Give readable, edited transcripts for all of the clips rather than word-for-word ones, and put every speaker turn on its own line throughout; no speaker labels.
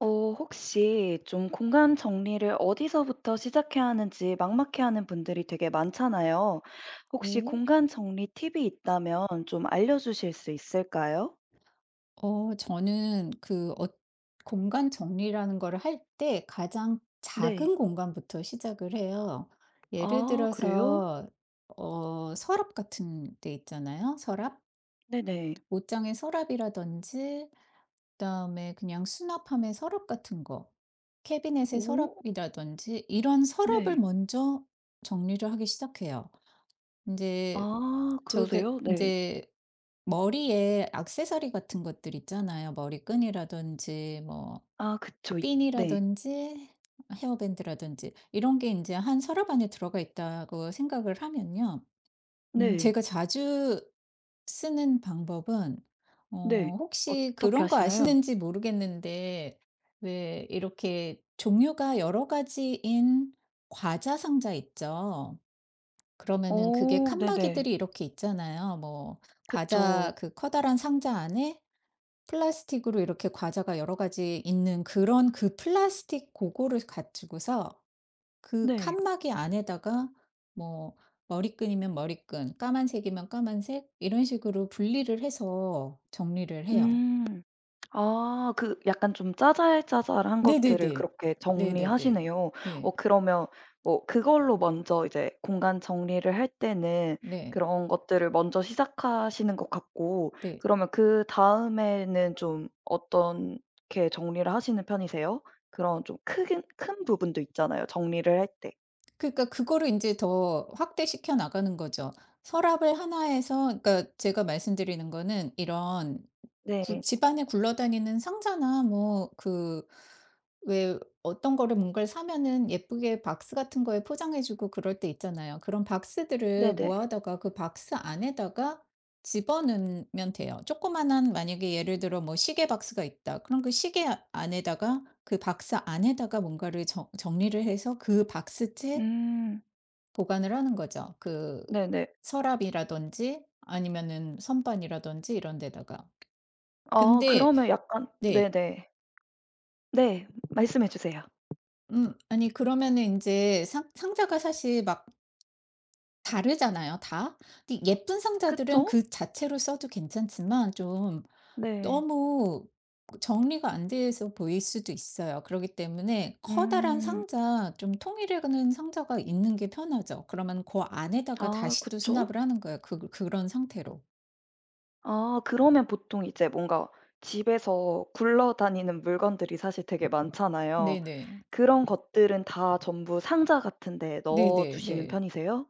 혹시 좀 공간 정리를 어디서부터 시작해야 하는지 막막해하는 분들이 되게 많잖아요. 혹시
네.
공간 정리 팁이 있다면 좀 알려주실 수 있을까요?
저는 공간 정리라는 거를 할 때 가장
네.
작은 공간부터 시작을 해요. 예를
아 그래요?
들어서 서랍 같은 데 있잖아요. 서랍?
네네.
옷장의 서랍이라든지 그다음에 그냥 수납함의 서랍 같은 거, 캐비넷의
오
서랍이라든지 이런 서랍을
네.
먼저 정리를 하기 시작해요. 이제
아
저게
그러세요?
이
네.
제 머리에 액세서리 같은 것들 있잖아요. 머리끈이라든지,
아 그쵸. 있 네.
핀이라든지 헤어밴드라든지 이런 게 이제 한 서랍 안에 들어가 있다고 생각을 하면요.
네.
제가 자주 쓰는 방법은,
네.
혹시
어떻게
그런 거
하시나요?
아시는지 모르겠는데 왜 이렇게 종류가 여러 가지인 과자 상자 있죠. 그러면은 그게
오 네네.
칸막이들이 이렇게 있잖아요.
그쵸.
과자 그 커다란 상자 안에 플라스틱으로 이렇게 과자가 여러 가지 있는 그런 그 플라스틱 고거를 가지고서 그
네.
칸막이 안에다가 뭐 머리끈이면 머리끈, 까만색이면 까만색 이런 식으로 분리를 해서 정리를 해요.
음. 아 그 약간 좀 짜잘짜잘한 것들을
네네네.
그렇게
네네네.
정리하시네요.
네.
그러면 뭐 그걸로 먼저 이제 공간 정리를 할 때는
네.
그런 것들을 먼저 시작하시는 것 같고
네.
그러면 그다음에는 좀 어떻게 정리를 하시는 편이세요? 그런 좀 크긴 큰 부분도 있잖아요, 정리를 할 때.
그러니까 그거를 인제 더 확대시켜 나가는 거죠. 서랍을 하나 해서, 그러니까 제가 말씀드리는 거는 이런 구
네.
집안에 굴러다니는 상자나 뭐 그 왜 어떤 거를 뭔가를 사면은 예쁘게 박스 같은 거에 포장해 주고 그럴 때 있잖아요. 그런 박스들을
네네.
모아다가 그 박스 안에다가 집어넣으면 돼요. 조그마한, 만약에 예를 들어 뭐 시계 박스가 있다. 그럼 그 시계 안에다가 그 박스 안에다가 뭔가를 정 정리를 해서 그 박스째
음.
보관을 하는 거죠. 그
네네.
서랍이라든지 아니면은 선반이라든지 이런 데다가.
아
근데
그러면 약간
네.
네네. 네. 말씀해 주세요.
아니 그러면은 인제 상 상자가 사실 막 다르잖아요 다. 근데 예쁜 상자들은
그쵸?
그 자체로 써도 괜찮지만 좀
네.
너무 그 정리가 안 돼서 보일 수도 있어요. 그러기 때문에 커다란
음.
상자, 좀 통일하는 상자가 있는 게 편하죠. 그러면 고 안에다가
아
다시 또
그쵸.
수납을 하는 거예요, 그 그런 상태로.
아 그러면 보통 이제 뭔가 집에서 굴러다니는 물건들이 사실 되게 많잖아요.
네네.
그런 것들은 다 전부 상자 같은 데 넣어 두시는
네네네.
편이세요?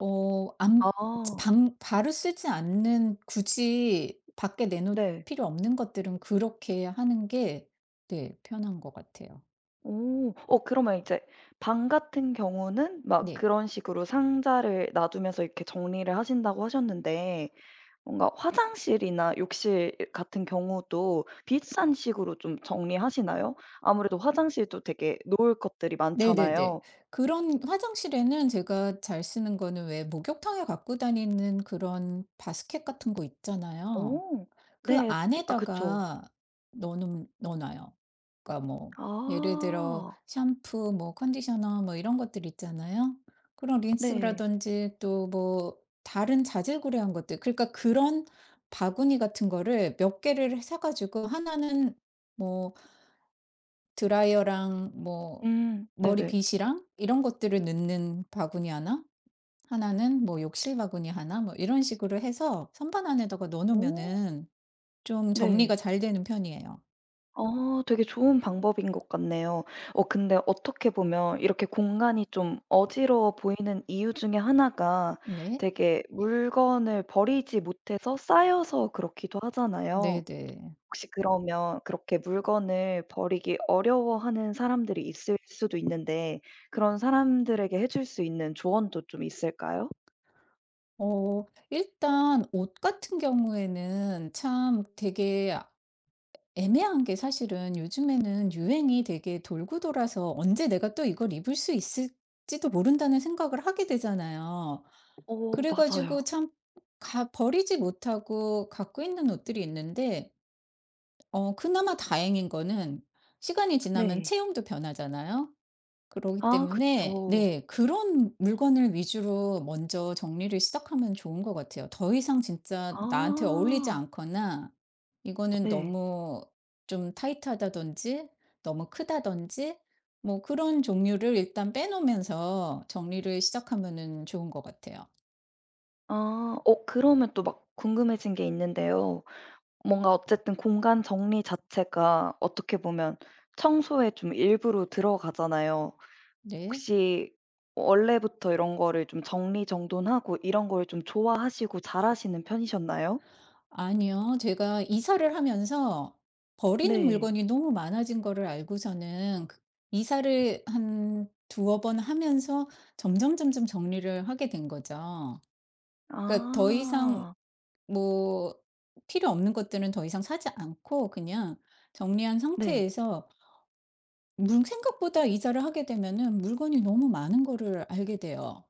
어 안
아
방 바로 쓰지 않는, 굳이 밖에 내놓을
네.
필요 없는 것들은 그렇게 하는 게 네 편한 것 같아요.
오. 그러면 이제 방 같은 경우는 막
네.
그런 식으로 상자를 놔 두면서 이렇게 정리를 하신다고 하셨는데 뭔가 화장실이나 욕실 같은 경우도 비슷한 식으로 좀 정리하시나요? 아무래도 화장실도 되게 놓을 것들이
네네네.
많잖아요.
그런 화장실에는 제가 잘 쓰는 거는 왜 목욕탕에 갖고 다니는 그런 바스켓 같은 거 있잖아요.
어.
그
네. 이 아 그쵸.
안에다가 넣어 넣어 놔요. 그러니까 뭐 예를 들어
아.
샴푸 뭐 컨디셔너 뭐 이런 것들 있잖아요. 그런
네.
린스라든지 또 뭐 다른 자질구레한 것들, 그러니까 그런 바구니 같은 거를 몇 개를 사 가지고, 하나는 뭐 드라이어랑 뭐
음. 네네.
머리빗이랑 이런 것들을 넣는 바구니 하나, 하나는 뭐 욕실 바구니 하나, 뭐 이런 식으로 해서 선반 안에다가 넣어
어.
놓으면은 좀
네.
정리가 잘 되는 편이에요.
아 되게 좋은 방법인 것 같네요. 근데 어떻게 보면 이렇게 공간이 좀 어지러워 보이는 이유 중에 하나가
네.
되게 물건을 버리지 못해서 쌓여서 그렇기도 하잖아요.
네네.
혹시 그러면 그렇게 물건을 버리기 어려워하는 사람들이 있을 수도 있는데 그런 사람들에게 해줄 수 있는 조언도 좀 있을까요?
일단 옷 같은 경우에는 참 되게 애매한 게, 사실은 요즘에는 유행이 되게 돌고 돌아서 '언제 내가 또 이걸 입을 수 있을지도 모른다.'는 생각을 하게 되잖아요.
어
그래 가지고
맞아요.
참 가 버리지 못하고 갖고 있는 옷들이 있는데, 그나마 다행인 거는 시간이 지나면
네.
체형도 변하잖아요. 그러기
아
때문에
그쵸.
네 그런 물건을 위주로 먼저 정리를 시작하면 좋은 것 같아요. 더 이상 진짜 나한테 어울리지
아
않거나 이거는
네.
너무 좀 타이트하다든지 너무 크다든지 뭐 그런 종류를 일단 빼 놓으면서 정리를 시작하면은 좋은 것 같아요.
아 그러면 또 막 궁금해진 게 있는데요. 뭔가 어쨌든 공간 정리 자체가 어떻게 보면 청소에 좀 일부로 들어가잖아요.
네.
혹시 원래부터 이런 거를 좀 정리정돈하고 이런 걸 좀 좋아하시고 잘하시는 편이셨나요?
아니요. 제가 이사를 하면서 버리는
네.
물건이 너무 많아진 거를 알고서는, 그 이사를 한 두어 번 하면서 점점점점 정리를 하게 된 거죠. 그러니까 더 이상
아.
뭐 필요 없는 것들은 더 이상 사지 않고 그냥 정리한
네.
상태에서. 물 생각보다 이사를 하게 되면은 물건이 너무 많은 거를 알게 돼요.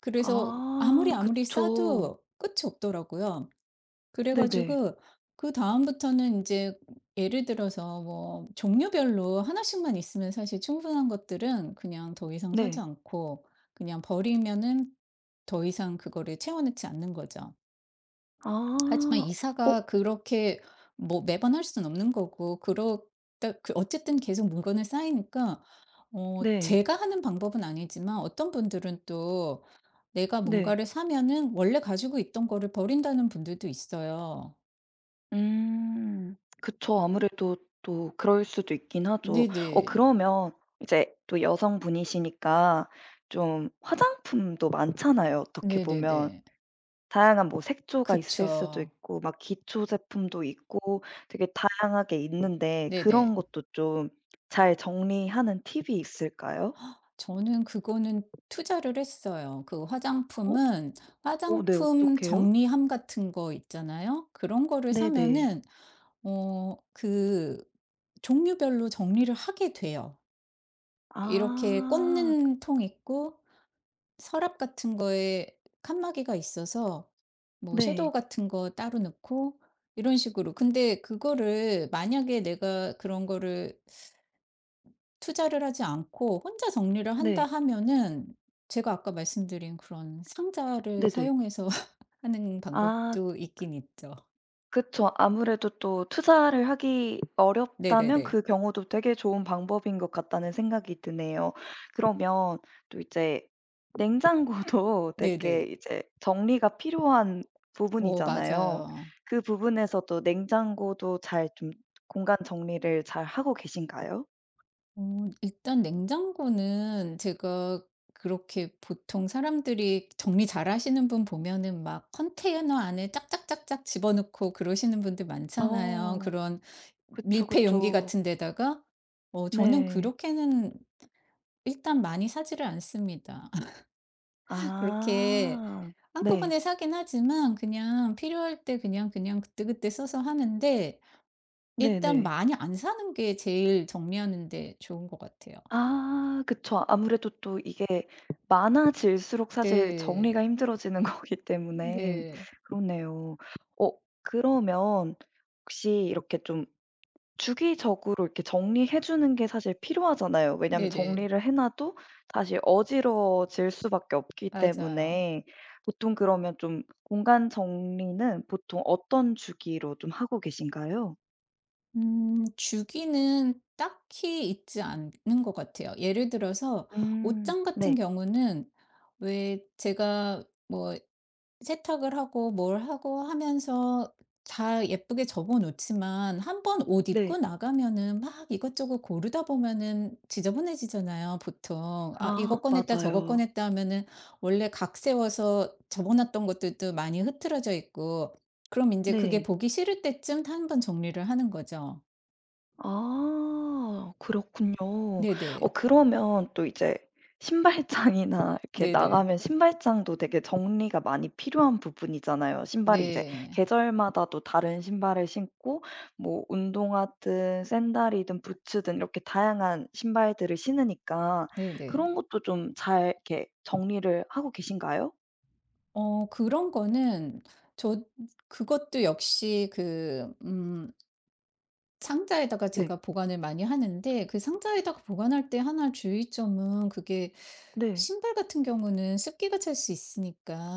그래서
아
아무리
그쵸.
싸도 끝이 없더라고요. 그래
네네.
가지고 그다음부터는 이제 예를 들어서 뭐 종류별로 하나씩만 있으면 사실 충분한 것들은 그냥 더 이상 사지
네.
않고, 그냥 버리면은 더 이상 그거를 채워 넣지 않는 거죠.
아.
하지만
어
이사가 그렇게 뭐 매번 할 수는 없는 거고, 그렇다 그 어쨌든 계속 물건을 쌓이니까
네.
제가 하는 방법은 아니지만 어떤 분들은 또 내가
네.
뭔가를 사면은 원래 가지고 있던 거를 버린다는 분들도 있어요.
음. 그쵸. 아무래도 또 그럴 수도 있긴 하죠.
네네.
그러면 이제 또 여성분이시니까 좀 화장품도 많잖아요, 어떻게 보면.
네네네.
다양한 뭐 색조가 있을 수도
그쵸.
있고 막 기초 제품도 있고 되게 다양하게 있는데 그런
네네.
것도 좀 잘 정리하는 팁이 있을까요?
저는 그거는 투자를 했어요. 그
어?
화장품은
어 네.
화장품
어떡해요?
정리함 같은 거 있잖아요. 그런 거를
네네.
사면은 그 종류별로 정리를 하게 돼요. 이렇게
아.
꽂는 통 있고, 서랍 같은 거에 칸막이가 있어서 뭐
네.
섀도우 같은 거 따로 넣고 이런 식으로. 근데 그거를 만약에 내가 그런 거를 투자를 하지 않고 혼자 정리를 한다
네.
하면은, 제가 아까 말씀드린 그런 상자를
네네.
사용해서 하는
아.
방법도 있긴 있죠.
그쵸. 아무래도 또 투자를 하기 어렵다면
네네네.
그 경우도 되게 좋은 방법인 것 같다는 생각이 드네요. 그러면 또 이제 냉장고도 되게
네네.
이제 정리가 필요한
어
부분이잖아요.
맞아요.
그 부분에서도 냉장고도 잘 좀 공간 정리를 잘 하고 계신가요?
어 일단 냉장고는 제가, 그렇게 보통 사람들이 정리 잘하시는 분 보면은 막 컨테이너 안에 짝짝짝짝 집어넣고 그러시는 분들 많잖아요.
어.
그런
그쵸,
밀폐 용기
그쵸.
같은 데다가. 어 저는
네.
그렇게는 일단 많이 사지를 않습니다. 그렇게
아. 네.
한꺼번에 사긴 하지만 그냥 필요할 때 그냥 그때그때 써서 하는데 일단
네네.
많이 안 사는 게 제일 정리하는 데 좋은 것 같아요.
아 그쵸. 아무래도 또 이게 많아질수록 사실
네.
정리가 힘들어지는 거기 때문에
네.
그렇네요. 어 그러면 혹시 이렇게 좀 주기적으로 이렇게 정리해 주는 게 사실 필요하잖아요. 왜냐하면
네네.
정리를 해 놔도 다시 어지러워질 수밖에 없기
맞아요.
때문에 보통 그러면 좀 공간 정리는 보통 어떤 주기로 좀 하고 계신가요?
주기는 딱히 있지 않는 것 같아요. 예를 들어서
음.
옷장 같은
네.
경우는 왜 제가 뭐 세탁을 하고 뭘 하고 하면서 다 예쁘게 접어 놓지만 한번 옷
네.
입고 나가면은 막 이것저것 고르다 보면은 지저분해지잖아요 보통. 아
아
이거 꺼냈다 저거
맞아요.
꺼냈다 하면은 원래 각 세워서 접어 놨던 것들도 많이 흐트러져 있고, 그럼 이제 그게
네.
보기 싫을 때쯤 한번 정리를 하는 거죠.
아 그렇군요.
네네.
그러면 또 이제 신발장이나 이렇게
네네.
나가면 신발장도 되게 정리가 많이 필요한 부분이잖아요. 신발이 이제
네.
계절마다 또 다른 신발을 신고 뭐 운동화든 샌들이든 부츠든 이렇게 다양한 신발들을 신으니까
네네.
그런 것도 좀 잘 이렇게 정리를 하고 계신가요?
그런 거는 저, 그것도 역시 그상자에다가
네.
제가 보관을 많이 하는데, 그 상자에다가 보관할 때 하나 주의점은 그게
네.
신발 같은 경우는 습기가 찰 수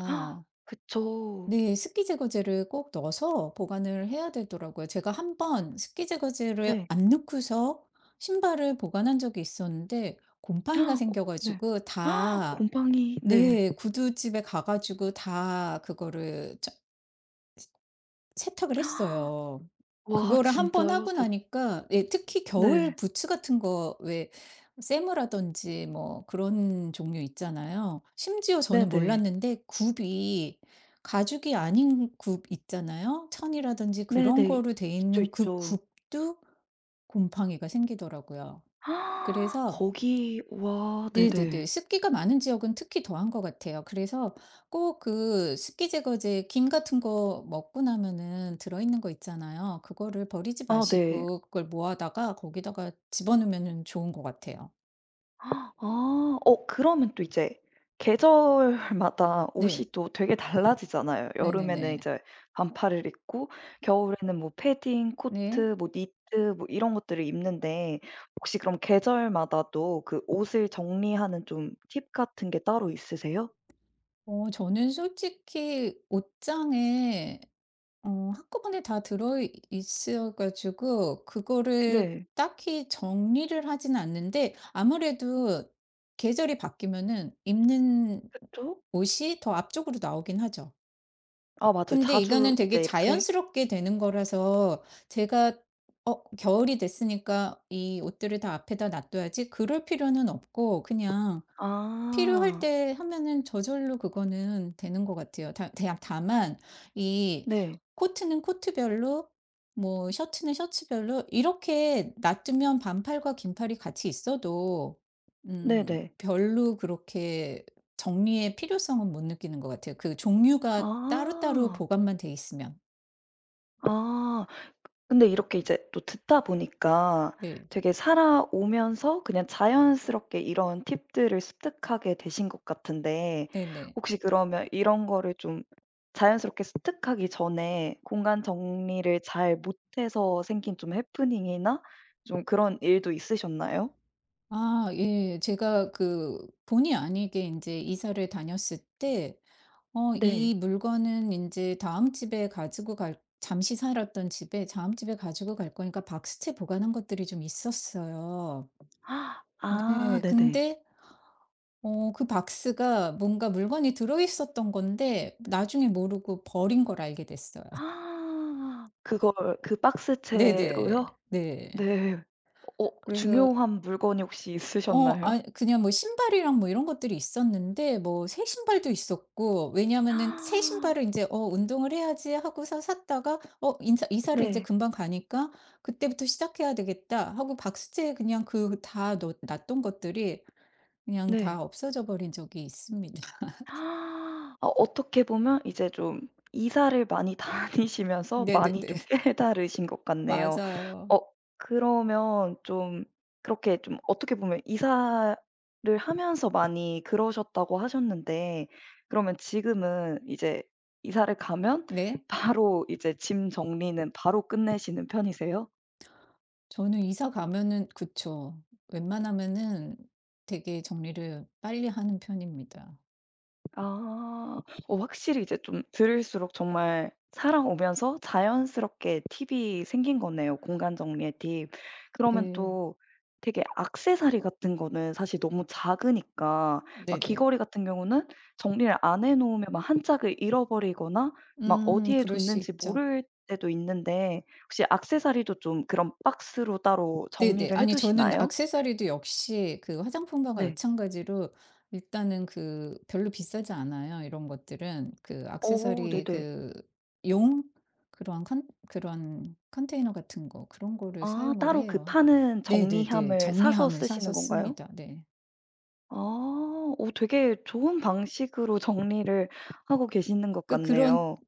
헉, 그쵸.
네, 습기 제거제를 꼭 넣어서 보관을 해야 되더라고요. 제가 한번 습기 제거제를
네.
안 넣고서 신발을 보관한 적이 있었는데 곰팡이가
헉, 어 네.
생겨가지고
헉,
다
곰팡이 네.
네, 구두집에 가가지고 다 그거를 세탁을 했어요.
와
그거를 한번
진짜요?
하고
되게
나니까 예 특히 겨울
네.
부츠 같은 거 왜 세무라든지 뭐 그런 종류 있잖아요. 심지어 저는
네네.
몰랐는데 굽이 가죽이 아닌 굽 있잖아요. 천이라든지 그런
네네.
거로 돼
있죠,
있는 그
있죠.
굽도 곰팡이가 생기더라고요. 그래서
거기 와 네네.
네네네. 습기가 많은 지역은 특히 더한 것 같아요. 그래서 꼭 그 습기 제거제, 김 같은 거 먹고 나면은 들어있는 거 있잖아요. 그거를 버리지
아 네.
마시고 그걸 모아다가 거기다가 집어넣으면은 좋은 것 같아요.
아 그러면 또 이제 계절마다 옷이
네.
또 되게 달라지잖아요. 여름에는
네네네.
이제 반팔을 입고 겨울에는 뭐 패딩,
네.
코트, 뭐 니트 뭐 이런 것들을 입는데 혹시 그럼 계절마다 도 그 옷을 정리하는 좀 팁 같은 게 따로 있으세요?
저는 솔직히 옷장에 한꺼번에 다 들어 있어 가지고 그거를
네.
딱히 정리를 하진 않는데 아무래도 계절이 바뀌면은 입는
그쵸?
옷이 더 앞쪽으로 나오긴 하죠.
아 맞아요.
근데
자주
이거는 되게
이제 이렇게
자연스럽게 되는 거라서 제가 '어 겨울이 됐으니까 이 옷들을 다 앞에다 놔둬야지.' 그럴 필요는 없고 그냥 필요할
아
때 하면은 저절로 그거는 되는 것 같아요. 다 대 다만 이
네.
코트는 코트별로, 뭐 셔츠는 셔츠별로 이렇게 놔두면 반팔과 긴팔이 같이 있어도
네네.
별로 그렇게 정리의 필요성은 못 느끼는 것 같아요. 그 종류가 따로따로
아.
보관만 돼 있으면.
아. 근데 이렇게 이제 또 듣다 보니까
네.
되게 살아오면서 그냥 자연스럽게 이런 팁들을 습득하게 되신 것 같은데
네네.
혹시 그러면 이런 거를 좀 자연스럽게 습득하기 전에 공간 정리를 잘 못해서 생긴 좀 해프닝이나 좀 그런 일도 있으셨나요?
아 예. 제가 그 본의 아니게 인제 이사를 다녔을 때
네.
이 물건은 인제 다음 집에 가지고 갈, 잠시 살았던 집에 다음 집에 가지고 갈 거니까 박스째 보관한 것들이 좀 있었어요.
아
네.
네네.
근데 그 박스가 뭔가 물건이 들어 있었던 건데 나중에 모르고 버린 걸 알게 됐어요.
아. 그걸 그
네네.
박스채로요?
네.
네. 어
그래서
중요한 물건이 혹시 있으셨나요?
아 그냥 뭐 신발이랑 뭐 이런 것들이 있었는데, 뭐 새 신발도 있었고, 왜냐하면은 새 신발을 이제 '어 운동을 해야지.' 하고서 샀다가 어 인사 이사를 이제
네.
금방 가니까 '그때부터 시작해야 되겠다.' 하고 박스째에 그냥 그 다 놨던 것들이 그냥
네.
다 없어져 버린 적이 있습니다.
아 어떻게 보면 이제 좀 이사를 많이 다니시면서 많이
네네네.
좀 깨달으신 것 같네요.
맞아요.
어 그러면 좀 그렇게 좀 어떻게 보면 이사를 하면서 많이 그러셨다고 하셨는데 그러면 지금은 이제 이사를 가면
네.
바로 이제 짐 정리는 바로 끝내시는 편이세요?
저는 이사 가면은 그쵸. 웬만하면은 되게 정리를 빨리 하는 편입니다.
아. 어 확실히 이제 좀 들을수록 정말 살아오면서 자연스럽게 팁이 생긴 거네요, 공간 정리의 팁. 그러면
예.
또 되게 액세서리 같은 거는 사실 너무 작으니까
네
막
네네.
귀걸이 같은 경우는 정리를 안 해 놓으면 막 한 짝을 잃어버리거나 막 어디에
그럴 수
뒀는지
있죠.
모를 때도 있는데 혹시 액세서리도 좀 그런 박스로 따로
네네.
정리를 해
아니 저는
두시나요?
액세서리도 역시 그 화장품과
네.
마찬가지로 일단은 그 별로 비싸지 않아요, 이런 것들은. 그
오
액세서리
네네.
그 용 그런 컨 그런 컨테이너 같은 거 그런 거를
아
사용을
따로 그
해요.
파는
네네네.
정리함을 사서
정리함을
쓰시는
사서
건가요?
씁니다. 네.
아. 오 되게 좋은 방식으로 정리를 하고 계시는 것
그 그런
같네요.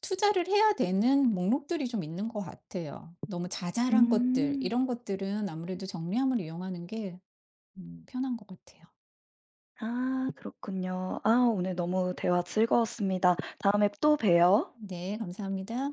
투자를 해야 되는 목록들이 좀 있는 것 같아요. 너무 자잘한 것들
음.
이런 것들은 아무래도 정리함을 이용하는 게 편한 것 같아요.
아 그렇군요. 아 오늘 너무 대화 즐거웠습니다. 다음에 또 봬요.
네, 감사합니다.